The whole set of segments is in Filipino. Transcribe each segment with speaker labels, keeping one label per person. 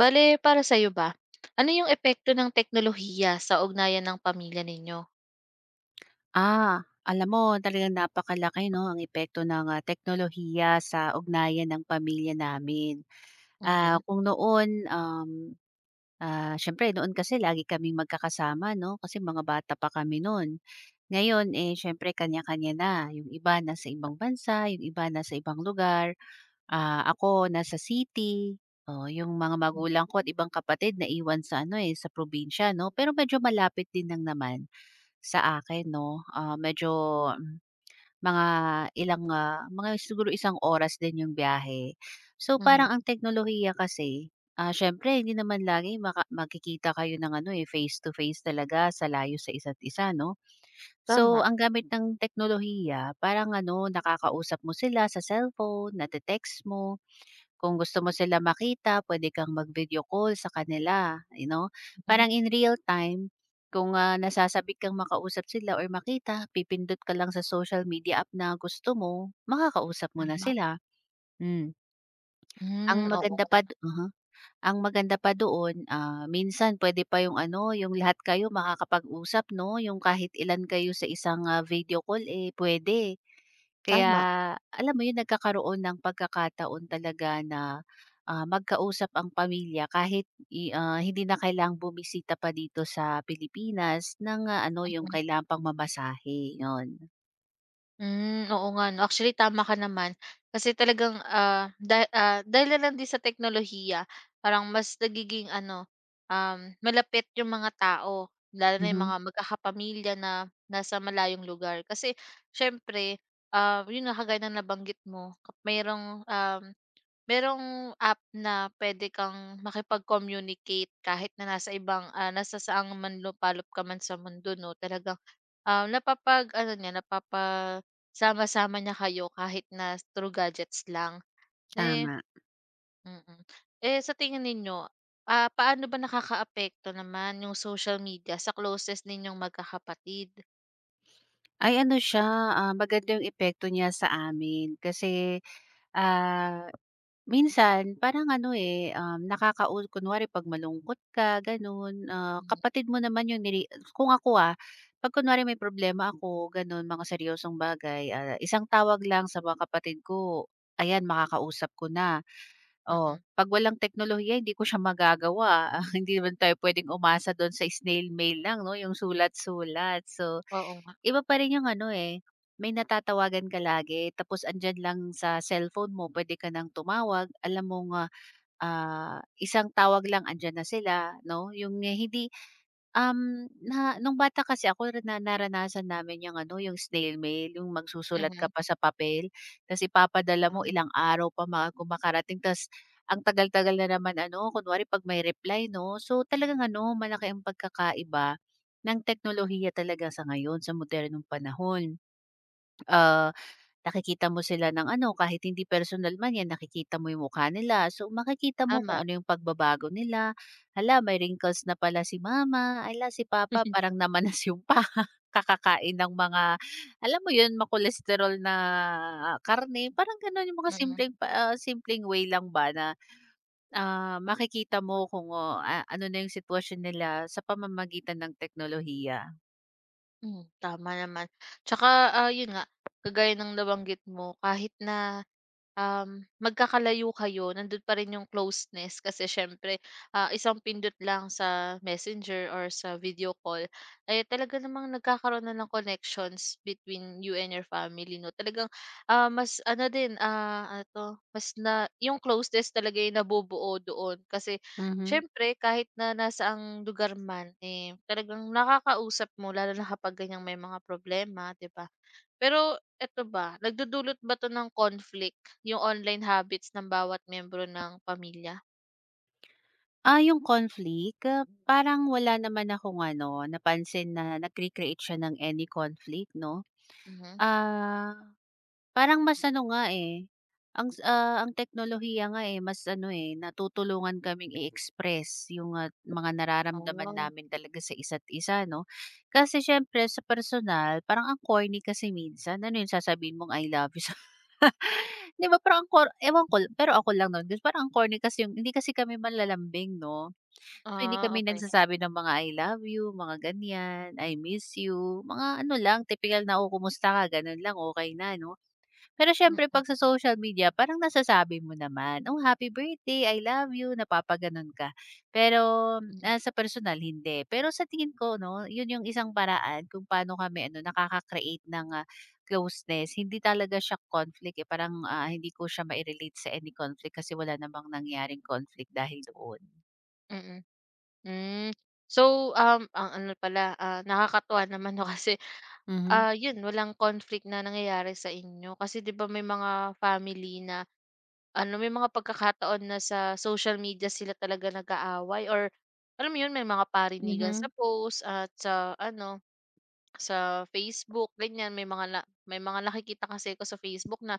Speaker 1: Bale para sa'yo ba, ano yung epekto ng teknolohiya sa ugnayan ng pamilya ninyo?
Speaker 2: Ah, alam mo talagang napakalaki 'no, ang epekto ng, teknolohiya sa ugnayan ng pamilya namin. Ah,
Speaker 1: Mhm,
Speaker 2: kung noon, siyempre noon kasi lagi kaming magkakasama 'no, kasi mga bata pa kami noon. Ngayon, eh, siyempre kanya-kanya na, yung iba nasa ibang bansa, yung iba nasa ibang lugar, ako nasa city. Oh, yung mga magulang ko at ibang kapatid na iwan sa ano, eh, sa probinsya 'no, pero medyo malapit din lang naman sa akin 'no, medyo mga ilang, mga siguro isang oras din yung biyahe. So,
Speaker 1: mhm,
Speaker 2: parang ang teknolohiya kasi, siyempre hindi naman lagi maka magkikita kayo ng ano, eh, face to face talaga sa layo sa isa't isa 'no. So,
Speaker 1: tama,
Speaker 2: ang gamit ng teknolohiya parang ano, nakakausap mo sila sa cellphone, nate-text mo. Kung gusto mo sila makita pwede kang mag-video call sa kanila, you know?
Speaker 1: mhm,
Speaker 2: Parang in real time kung, nasasabik kang makausap sila or makita, pipindot ka lang sa social media app na gusto mo, makakausap mo na
Speaker 1: tama,
Speaker 2: sila. Hmm, ang
Speaker 1: hmm, oo
Speaker 2: maganda
Speaker 1: nga,
Speaker 2: pa do mhm, ang maganda pa doon, minsan pwede pa yung ano, yung lahat kayo makakapag-usap 'no, yung kahit ilan kayo sa isang, video call, eh, pwede kaya
Speaker 1: tama,
Speaker 2: alam mo 'yun, nagkakaroon ng pagkakataon talaga na, magkausap ang pamilya kahit hindi na kailang bumisita pa dito sa Pilipinas ng, ano, 'yung
Speaker 1: mhm, mm.
Speaker 2: kailangan pang mamasahe, 'yun.
Speaker 1: Hmm, oo nga 'no, actually tama ka naman kasi talagang, dahil na lang din sa teknolohiya parang mas nagiging ano, um, malapit yung mga tao lalo na yung
Speaker 2: Mhm,
Speaker 1: mga magkakapamilya na nasa malayong lugar kasi siyempre, yun na kagaya na nabanggit mo mayroong, merong app na pwede kang makipag-communicate kahit na nasa ibang, nasa saang man lupalop ka man sa mundo 'no, talagang, napapag-ano niya, napapasama-sama niya kayo kahit na through gadgets lang. Eh,
Speaker 2: tama.
Speaker 1: mm. Eh, sa tingin ninyo, paano ba nakakaapekto naman yung social media sa closest ninyong magkakapatid?
Speaker 2: Ay ano siya, maganda 'yung epekto niya sa amin kasi, ah Minsan parang ano, eh, um, nakakau kunwari 'pag malungkot ka gano'n,
Speaker 1: Hmm, mm.
Speaker 2: kapatid mo naman 'yung nili. Kung ako, 'pag kunwari may problema ako gano'n, mga seryosong bagay, isang tawag lang sa mga kapatid ko, ayan makakausap ko na. Oh,
Speaker 1: Mm-mm.
Speaker 2: 'pag walang teknolohiya hindi ko siya magagawa. Ah, hindi naman tayo puwedeng umasa do'n sa snail mail lang 'no, 'yung sulat-sulat. So,
Speaker 1: Oo nga.
Speaker 2: iba pa rin yung ano, eh, may natatawagan ka lagi tapos andiyan lang sa cellphone mo pwede ka ng tumawag alam mong, isang tawag lang andiyan na sila 'no, yung eh, hindi. Na nung bata kasi ako na naranasan namin yung ano, yung snail mail, yung magsusulat ka
Speaker 1: Mhm.
Speaker 2: pa sa papel, tas ipapadala mo
Speaker 1: Ah,
Speaker 2: ilang araw pa bago makarating tas ang tagal-tagal na naman ano, kunwari 'pag may reply 'no. So, talagang ano, malaki ang pagkakaiba ng teknolohiya talaga sa ngayon, sa modernong panahon. Ah, nakikita mo sila ng ano, kahit hindi personal man 'yan nakikita mo 'yung mukha nila. So, makikita mo kung
Speaker 1: tama.
Speaker 2: ano 'yung pagbabago nila. Hala, may wrinkles na pala si mama, hala si papa parang namanas 'yung paa, kakakain ng mga alam mo 'yun, makolesterol na karne, parang gano'n 'yung mga
Speaker 1: Mm.
Speaker 2: simpleng way lang ba na, makikita mo kung, oh, ano na 'yung sitwasyon nila sa pamamagitan ng teknolohiya.
Speaker 1: Hmm, tama naman. Tsaka, yun nga, kagaya ng nabanggit mo, kahit na magkakalayo kayo nandun pa rin yung closeness kasi siyempre, isang pindot lang sa Messenger or sa video call, eh, talaga namang nagkakaroon na ng connections between you and your family 'no. Talagang, mas ano din, ano 'to, mas na yung closeness talaga yung nabubuo doon kasi
Speaker 2: Mhm.
Speaker 1: siyempre kahit na nasaang lugar man, eh, talagang nakakausap mo lalo na kapag ganyang may mga problema, 'di ba? Pero eto ba, nagdudulot ba 'to ng conflict yung online habits ng bawat miyembro ng pamilya?
Speaker 2: Ah, yung conflict, parang wala naman akong ano, napansin na nag recreate siya ng any conflict 'no.
Speaker 1: Mhm.
Speaker 2: Ah, parang mas ano nga, eh, ang teknolohiya nga, eh, mas ano, eh, natutulungan kaming i-express yung, mga nararamdaman
Speaker 1: Oh,
Speaker 2: namin talaga sa isa't isa 'no. Kasi siyempre sa personal, parang ang corny kasi minsan. Ano yun, sasabihin mong I love you sa 'di ba parang ang cor ewan ko, pero ako lang nun, parang ang corny kasi yung hindi kasi kami malalambing 'no. So, hindi kami
Speaker 1: okey.
Speaker 2: nagsasabi ng mga I love you, mga ganyan, I miss you, mga ano lang, tipikal na, "Oh, kumusta ka?" Gano'n lang, okay na 'no. Pero siyempre
Speaker 1: Mm,
Speaker 2: 'pag sa social media parang nasasabi mo naman, "Oh, happy birthday, I love you," napapagano'n ka. Pero,
Speaker 1: hmm,
Speaker 2: sa personal hindi. Pero sa tingin ko 'no, 'yun yung isang paraan kung paano kami ano, nakaka-create ng, closeness. Hindi talaga siya conflict, eh, parang, hindi ko siya ma relate sa any conflict kasi wala namang nangyaring conflict dahil doon.
Speaker 1: mm. Hmm. So, ang ano pala, nakakatuwa naman 'no kasi,
Speaker 2: Mhm,
Speaker 1: yun walang conflict na nangyayari sa inyo. Kasi 'di ba may mga family na ano, may mga pagkakataon na sa social media sila talaga nag-aaway or alam mo yun, may mga parinigan sa
Speaker 2: mhm.
Speaker 1: post at sa ano. Sa Facebook ganyan may mga na may mga nakikita kasi ako sa Facebook na,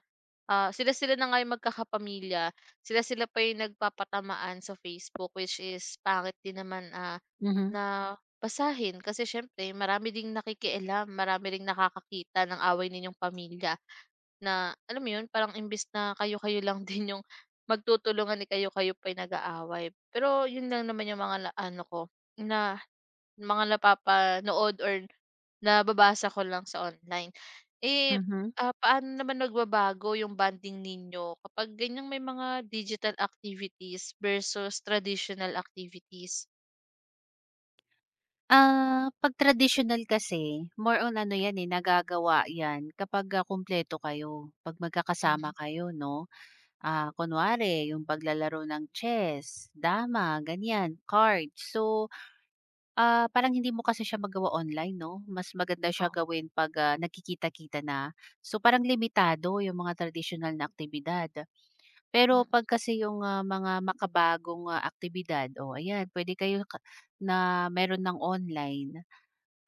Speaker 1: sila-sila na nga yung magkakapamilya, sila-sila pa yung nagpapatamaan sa Facebook which is pangit din naman,
Speaker 2: Mhm,
Speaker 1: na basahin kasi siyempre marami ding nakikialam, marami ring nakakakita ng away ninyong pamilya na alam mo yun parang imbis na kayo-kayo lang din yung magtutulungan, ni kayo-kayo pa yung nag-aaway. Pero yun lang naman yung mga na ano ko na mga napapanood or nababasa ko lang sa online. Eh,
Speaker 2: mhm.
Speaker 1: paano naman nagbabago yung bonding ninyo kapag ganyang may mga digital activities versus traditional activities?
Speaker 2: Ah, 'pag traditional kasi more on ano 'yan, eh, nagagawa 'yan kapag, kumpleto kayo, 'pag
Speaker 1: Mhm,
Speaker 2: magkakasama kayo 'no. Ah, kunwari yung paglalaro ng chess, dama, ganiyan, cards. So, parang hindi mo kasi siya magawa online 'no, mas maganda siya
Speaker 1: oo.
Speaker 2: gawin 'pag, nagkikita-kita na. So, parang limitado yung mga traditional na aktibidad. Pero
Speaker 1: Mm,
Speaker 2: 'pag kasi yung, mga makabagong, aktibidad, oh, ayan puwede kayo ka na meron ng online.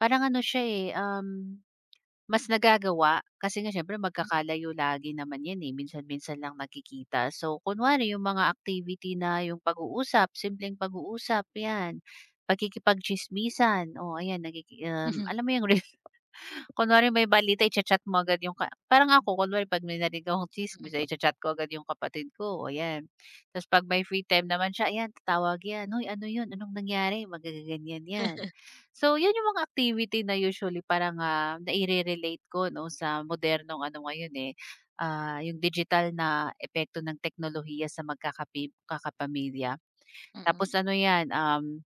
Speaker 2: Parang ano siya, eh, mas nagagawa kasi nga siyempre magkakalayo lagi naman 'yan, eh, minsan-minsan lang nakikita. So, kunwari yung mga activity na yung pag-uusap, simpleng pag-uusap 'yan, pakikipagtsismisan, oh, ayan
Speaker 1: mhm,
Speaker 2: alam mo yung. Kunwari may balita i-cha-chat mo agad yung ka parang ako kunwari 'pag may narinig akong tsismis
Speaker 1: mm.
Speaker 2: ay cha-chat ko agad yung kapatid ko, ayan. Tapos 'pag may free time naman siya, ayan tatawag yan, "Hoy ano yun, anong nangyari?" Magaganyan yan. So yun yung mga activity na usually parang, naire-relate ko 'no sa modernong ano ngayon, eh, yung digital na epekto ng teknolohiya sa kakapamilya.
Speaker 1: Mm,
Speaker 2: Tapos ano yan,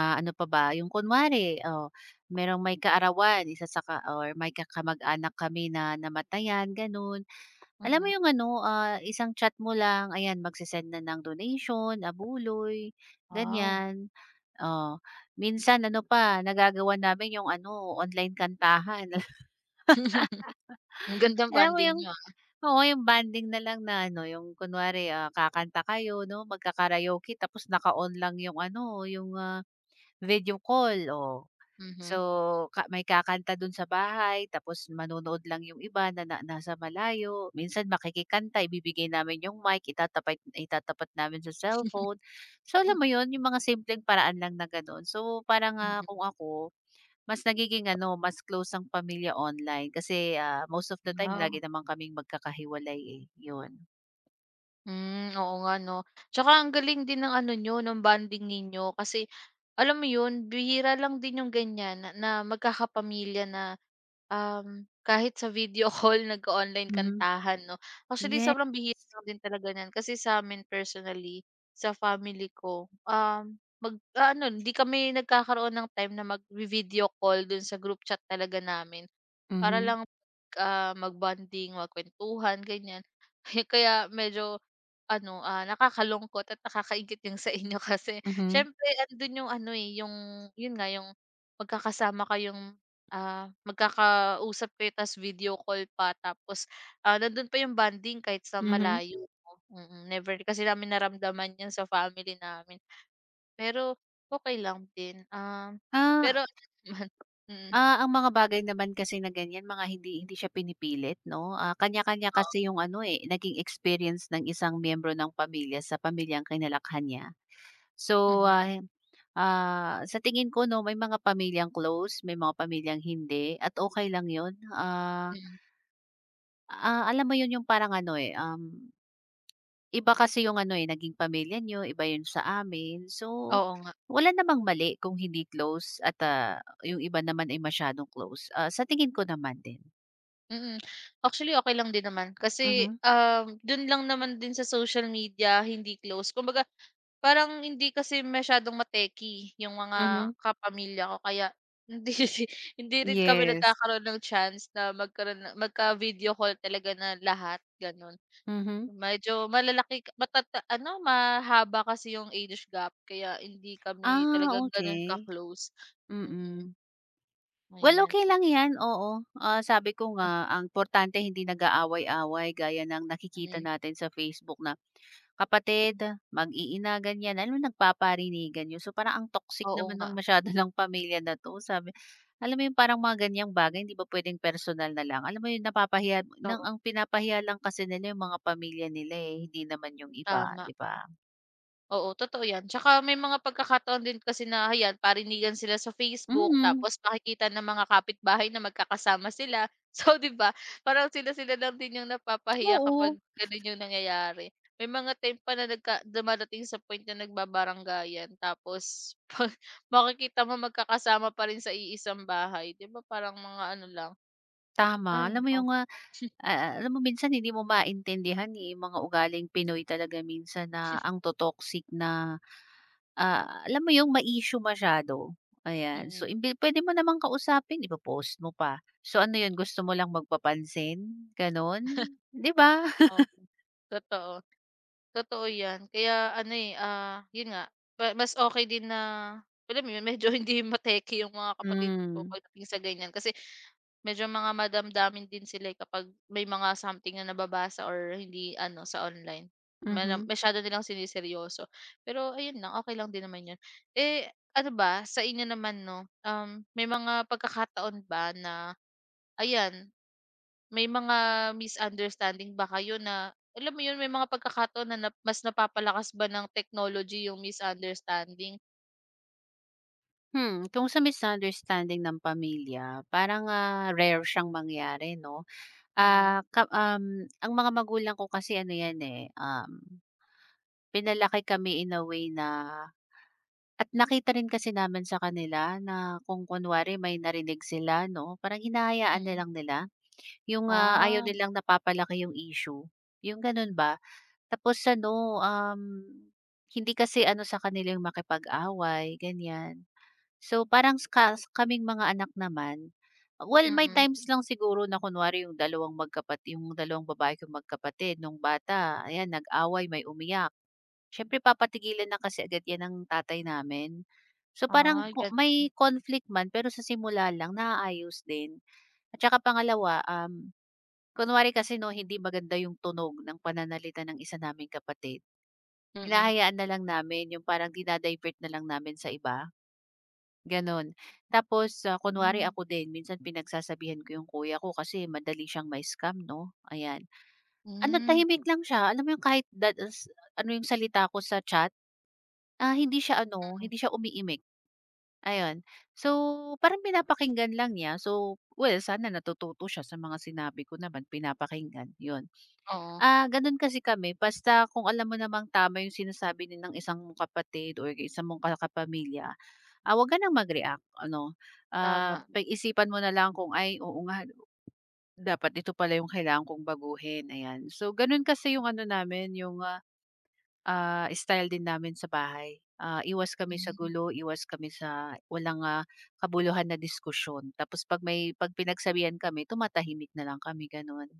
Speaker 2: Ah, ano pa ba, yung kunwari, oh, merong may kaarawan, isa sa ka or may kakamag anak kami na namatayan, gano'n. Alam mo
Speaker 1: mm.
Speaker 2: yung ano, isang chat mo lang, ayan, magse na ng donation, abuloy,
Speaker 1: Wow!
Speaker 2: ganyan. Oh, minsan ano pa, nagagawa namin yung ano, online kantahan.
Speaker 1: Ang gandang
Speaker 2: Alam mo
Speaker 1: bonding
Speaker 2: yung
Speaker 1: nyo. Ah.
Speaker 2: oo, yung banding na lang na ano, yung kunwari, kakanta kayo 'no, magka-karaoke tapos naka-on lang yung ano, yung, video call, oh.
Speaker 1: Mhm.
Speaker 2: So, may kakanta dun sa bahay tapos manonood lang yung iba na na nasa malayo. Minsan makikikanta, ibibigay namin yung mic, itatapat itatapat namin sa cellphone. So, alam mo yun, yung mga simpleng paraan lang na gano'n. So, parang,
Speaker 1: Mm.
Speaker 2: kung ako, mas nagiging ano, mas close ang pamilya online kasi, most of the time lagi
Speaker 1: Wow!
Speaker 2: naman kaming magkakahiwalay, eh, yun.
Speaker 1: Hmm, oo nga 'no. Tsaka ang galing din ng ano nyo ng bonding ninyo kasi alam mo yun, bihira lang din yung ganyan na na magkakapamilya na kahit sa video call nag online
Speaker 2: Mhm,
Speaker 1: kantahan 'no. Actually
Speaker 2: yeah.
Speaker 1: sobrang bihira lang din talaga niyan kasi sa'min personally, sa family ko, ano, hindi kami nagkakaroon ng time na mag video call dun sa group chat talaga namin. Para
Speaker 2: Mhm,
Speaker 1: lang, mag-bonding, magkuwentuhan, ganyan. Kaya medyo ano, nakakalungkot at nakakaingit yung sa inyo kasi
Speaker 2: mhm,
Speaker 1: siyempre andun yung ano, eh, yung yun nga, yung magkakasama kayong, magkakausap kayo ta's video call pa tapos, nandun pa yung bonding kahit sa
Speaker 2: mhm.
Speaker 1: malayo 'no, mm. Never kasi namin naramdaman yun sa family namin. Pero okey lang din,
Speaker 2: Ah,
Speaker 1: pero ano naman, mm,
Speaker 2: Ah, ang mga bagay naman kasi na ganyan mga hindi hindi siya pinipilit 'no, kanya-kanya
Speaker 1: oo,
Speaker 2: kasi yung ano, eh, naging experience ng isang miyembro ng pamilya sa pamilyang kinalakhan niya. So,
Speaker 1: mhm,
Speaker 2: sa tingin ko 'no, may mga pamilyang close, may mga pamilyang hindi at okay lang yun.
Speaker 1: mm.
Speaker 2: Alam mo yun yung parang ano, eh, iba kasi yung ano, eh, naging pamilya niyo, iba yun sa amin. So,
Speaker 1: Oo nga.
Speaker 2: wala namang mali kung hindi close at, yung iba naman ay masyadong close, sa tingin ko naman din.
Speaker 1: Mm. Actually, okay lang din naman kasi,
Speaker 2: Mhm,
Speaker 1: dun lang naman din sa social media hindi close. Kumbaga parang hindi kasi masyadong mateki yung
Speaker 2: mhm.
Speaker 1: mga kapamilya ko kaya hindi hindi rin kami
Speaker 2: Yes,
Speaker 1: nagkakaroon ng chance na magkaroon ng magka-video call talaga na lahat, gano'n.
Speaker 2: mhm.
Speaker 1: Medyo malalaki k- matata ano, mahaba kasi yung age gap kaya hindi kami
Speaker 2: Ah,
Speaker 1: talagang gano'n
Speaker 2: okey,
Speaker 1: ka-close. Mm,
Speaker 2: mm. Well,
Speaker 1: ayan.
Speaker 2: okey lang 'yan, oo. Ah, sabi ko nga ang importante hindi nag-aaway-away gaya ng nakikita
Speaker 1: Mm.
Speaker 2: natin sa Facebook na kapatid, mag-iina, ganiyan, alam mo nagpaparinigan 'yun. So, parang ang toxic
Speaker 1: Oo
Speaker 2: naman
Speaker 1: nga.
Speaker 2: ng masyado ng pamilya na 'to, sabi alam mo 'yung parang mga ganiyang bagay hindi ba puwedeng personal na lang? Alam mo 'yun, napapahiya ng
Speaker 1: Oo,
Speaker 2: ang pinapahiya lang kasi nila 'yung mga pamilya nila, eh, hindi naman 'yung iba,
Speaker 1: tama.
Speaker 2: 'di ba?
Speaker 1: Oo, totoo 'yan. Tsaka may mga pagkakataon din kasi na ayan, parinigan sila sa Facebook
Speaker 2: Mhm.
Speaker 1: tapos makikita ng mga kapitbahay na magkakasama sila. So, 'di ba, parang sila-sila lang din yung napapahiya
Speaker 2: Oo,
Speaker 1: kapag gano'n yung nangyayari. May mga time pa na dumadating sa point na nagbabaranggayan tapos 'pag makikita mo magkakasama pa rin sa iisang bahay. 'Di ba, parang mga ano lang,
Speaker 2: tama.
Speaker 1: ay
Speaker 2: Alam mo yung,
Speaker 1: naku,
Speaker 2: alam mo minsan hindi mo maintindihan, eh, yung mga ugaling Pinoy talaga minsan na ang to-toxic na, alam mo yung ma-issue masyado, ayan. So,
Speaker 1: mm.
Speaker 2: imbe pwede mo namang kausapin, ipo-post mo pa. So, ano yun gusto mo lang magpapansin, gano'n, 'di ba?
Speaker 1: Oh, totoo. Totoo 'yan. Kaya ano, eh, 'yun nga, pa mas okay din na alam mo 'yun, medyo hindi mateki yung mga kapatid ko
Speaker 2: Hmm,
Speaker 1: pagdating sa ganiyan kasi medyo mga madamdamin din sila, eh, kapag may mga something na nababasa or hindi ano sa online. Mana
Speaker 2: mhm.
Speaker 1: masyado nilang siniseryoso. Pero ayun lang, okey lang din naman 'yun. Eh, ano ba sa inyo naman 'no, may mga pagkakataon ba na ayan, may mga misunderstanding ba kayo na alam mo 'yun, may mga pagkakataon na mas napapalakas ba ng technology yung misunderstanding?
Speaker 2: Hmm, kung sa misunderstanding ng pamilya parang, rare siyang mangyari 'no?
Speaker 1: Mm,
Speaker 2: Ang mga magulang ko kasi ano 'yan, eh, pinalaki kami in a way na at nakita rin kasi namin sa kanila na kung kunwari may narinig sila 'no, parang hinahayaan na
Speaker 1: mm.
Speaker 2: lang nila. Yung, ayaw
Speaker 1: Ah,
Speaker 2: nilang napapalaki yung issue, yung gano'n ba. Tapos ano, hindi kasi ano sa kanila yung makipag-away, ganiyan. So, parang kaming mga anak naman, well may
Speaker 1: mm.
Speaker 2: times lang siguro na kunwari yung dalawang yung dalawang babae kong magkapatid nung bata, ayan nag-away, may umiyak. Siyempre papatigilan na kasi agad 'yan ng tatay namin. So, parang
Speaker 1: Ay,
Speaker 2: ko may conflict man pero sa simula lang naayos din. At saka pangalawa, kunwari kasi 'no hindi maganda yung tunog ng pananalita ng isa naming kapatid.
Speaker 1: mm,
Speaker 2: Hinahayaan na lang namin yung parang dina na lang namin sa iba. Gano'n. Tapos, kunwari
Speaker 1: hmm.
Speaker 2: ako din minsan pinagsasabihan ko yung kuya ko kasi madali siyang may scam 'no, ayan. Ano,
Speaker 1: Hmm,
Speaker 2: tahimik lang siya, alam mo yung kahit that s ano yung salita ko sa chat, hindi siya ano, hindi siya umiimik. Ayun. So, parang pinapakinggan lang niya. So, well sana natututo siya sa mga sinabi ko naman, pinapakinggan, 'yun.
Speaker 1: oo,
Speaker 2: Ah, gano'n kasi kami basta kung alam mo namang tama yung sinasabi din ng isang mong kapatid or isa mong ka ah, huwag ka ng mag-react ano,
Speaker 1: tama.
Speaker 2: pag-isipan mo na lang kung, "Ay oo nga dapat ito pala yung kailangan kong baguhin," ayan. So gano'n kasi yung ano namin yung, style din namin sa bahay. Ah, iwas kami sa
Speaker 1: Hmm.
Speaker 2: gulo, iwas kami sa walang, kabuluhan na diskusyon tapos 'pag pinagsabihan kami tumatahimik na lang kami gano'n.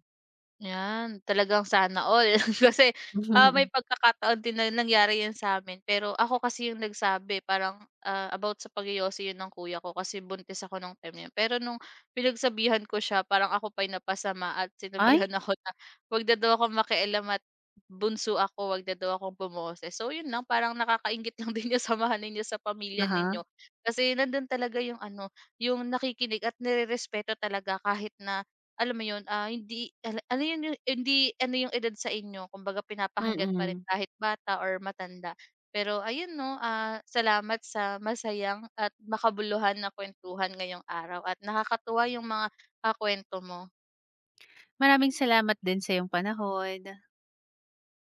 Speaker 1: Yan, talagang sana all. Kasi, may pagkakataon din na nangyari yan sa'min, pero ako kasi yung nagsabi parang, about sa pag-yoyosi yun ng kuya ko kasi buntis ako nung time na yun. Pero nung pinagsabihan ko siya parang ako pa yung napasama at
Speaker 2: Ay,
Speaker 1: sinabihan ako na 'wag na daw akong makialam at bunso ako, 'wag na daw akong bumoses. So yun lang, parang nakakainggit lang din yung samahan ninyo sa pamilya
Speaker 2: ah-ha,
Speaker 1: ninyo kasi nandun talaga yung ano, yung nakikinig at nirerespeto talaga kahit na alam mo yun, hindi ano yun yung hindi ano yung edad sa inyo kumbaga pinapakinggan pa rin
Speaker 2: mm.
Speaker 1: kahit bata or matanda. Pero ayun 'no, salamat sa masayang at makabuluhan na kuwentuhan ngayong araw at nakakatuwa yung mga, kuwento mo.
Speaker 2: Maraming salamat din sa iyong panahon.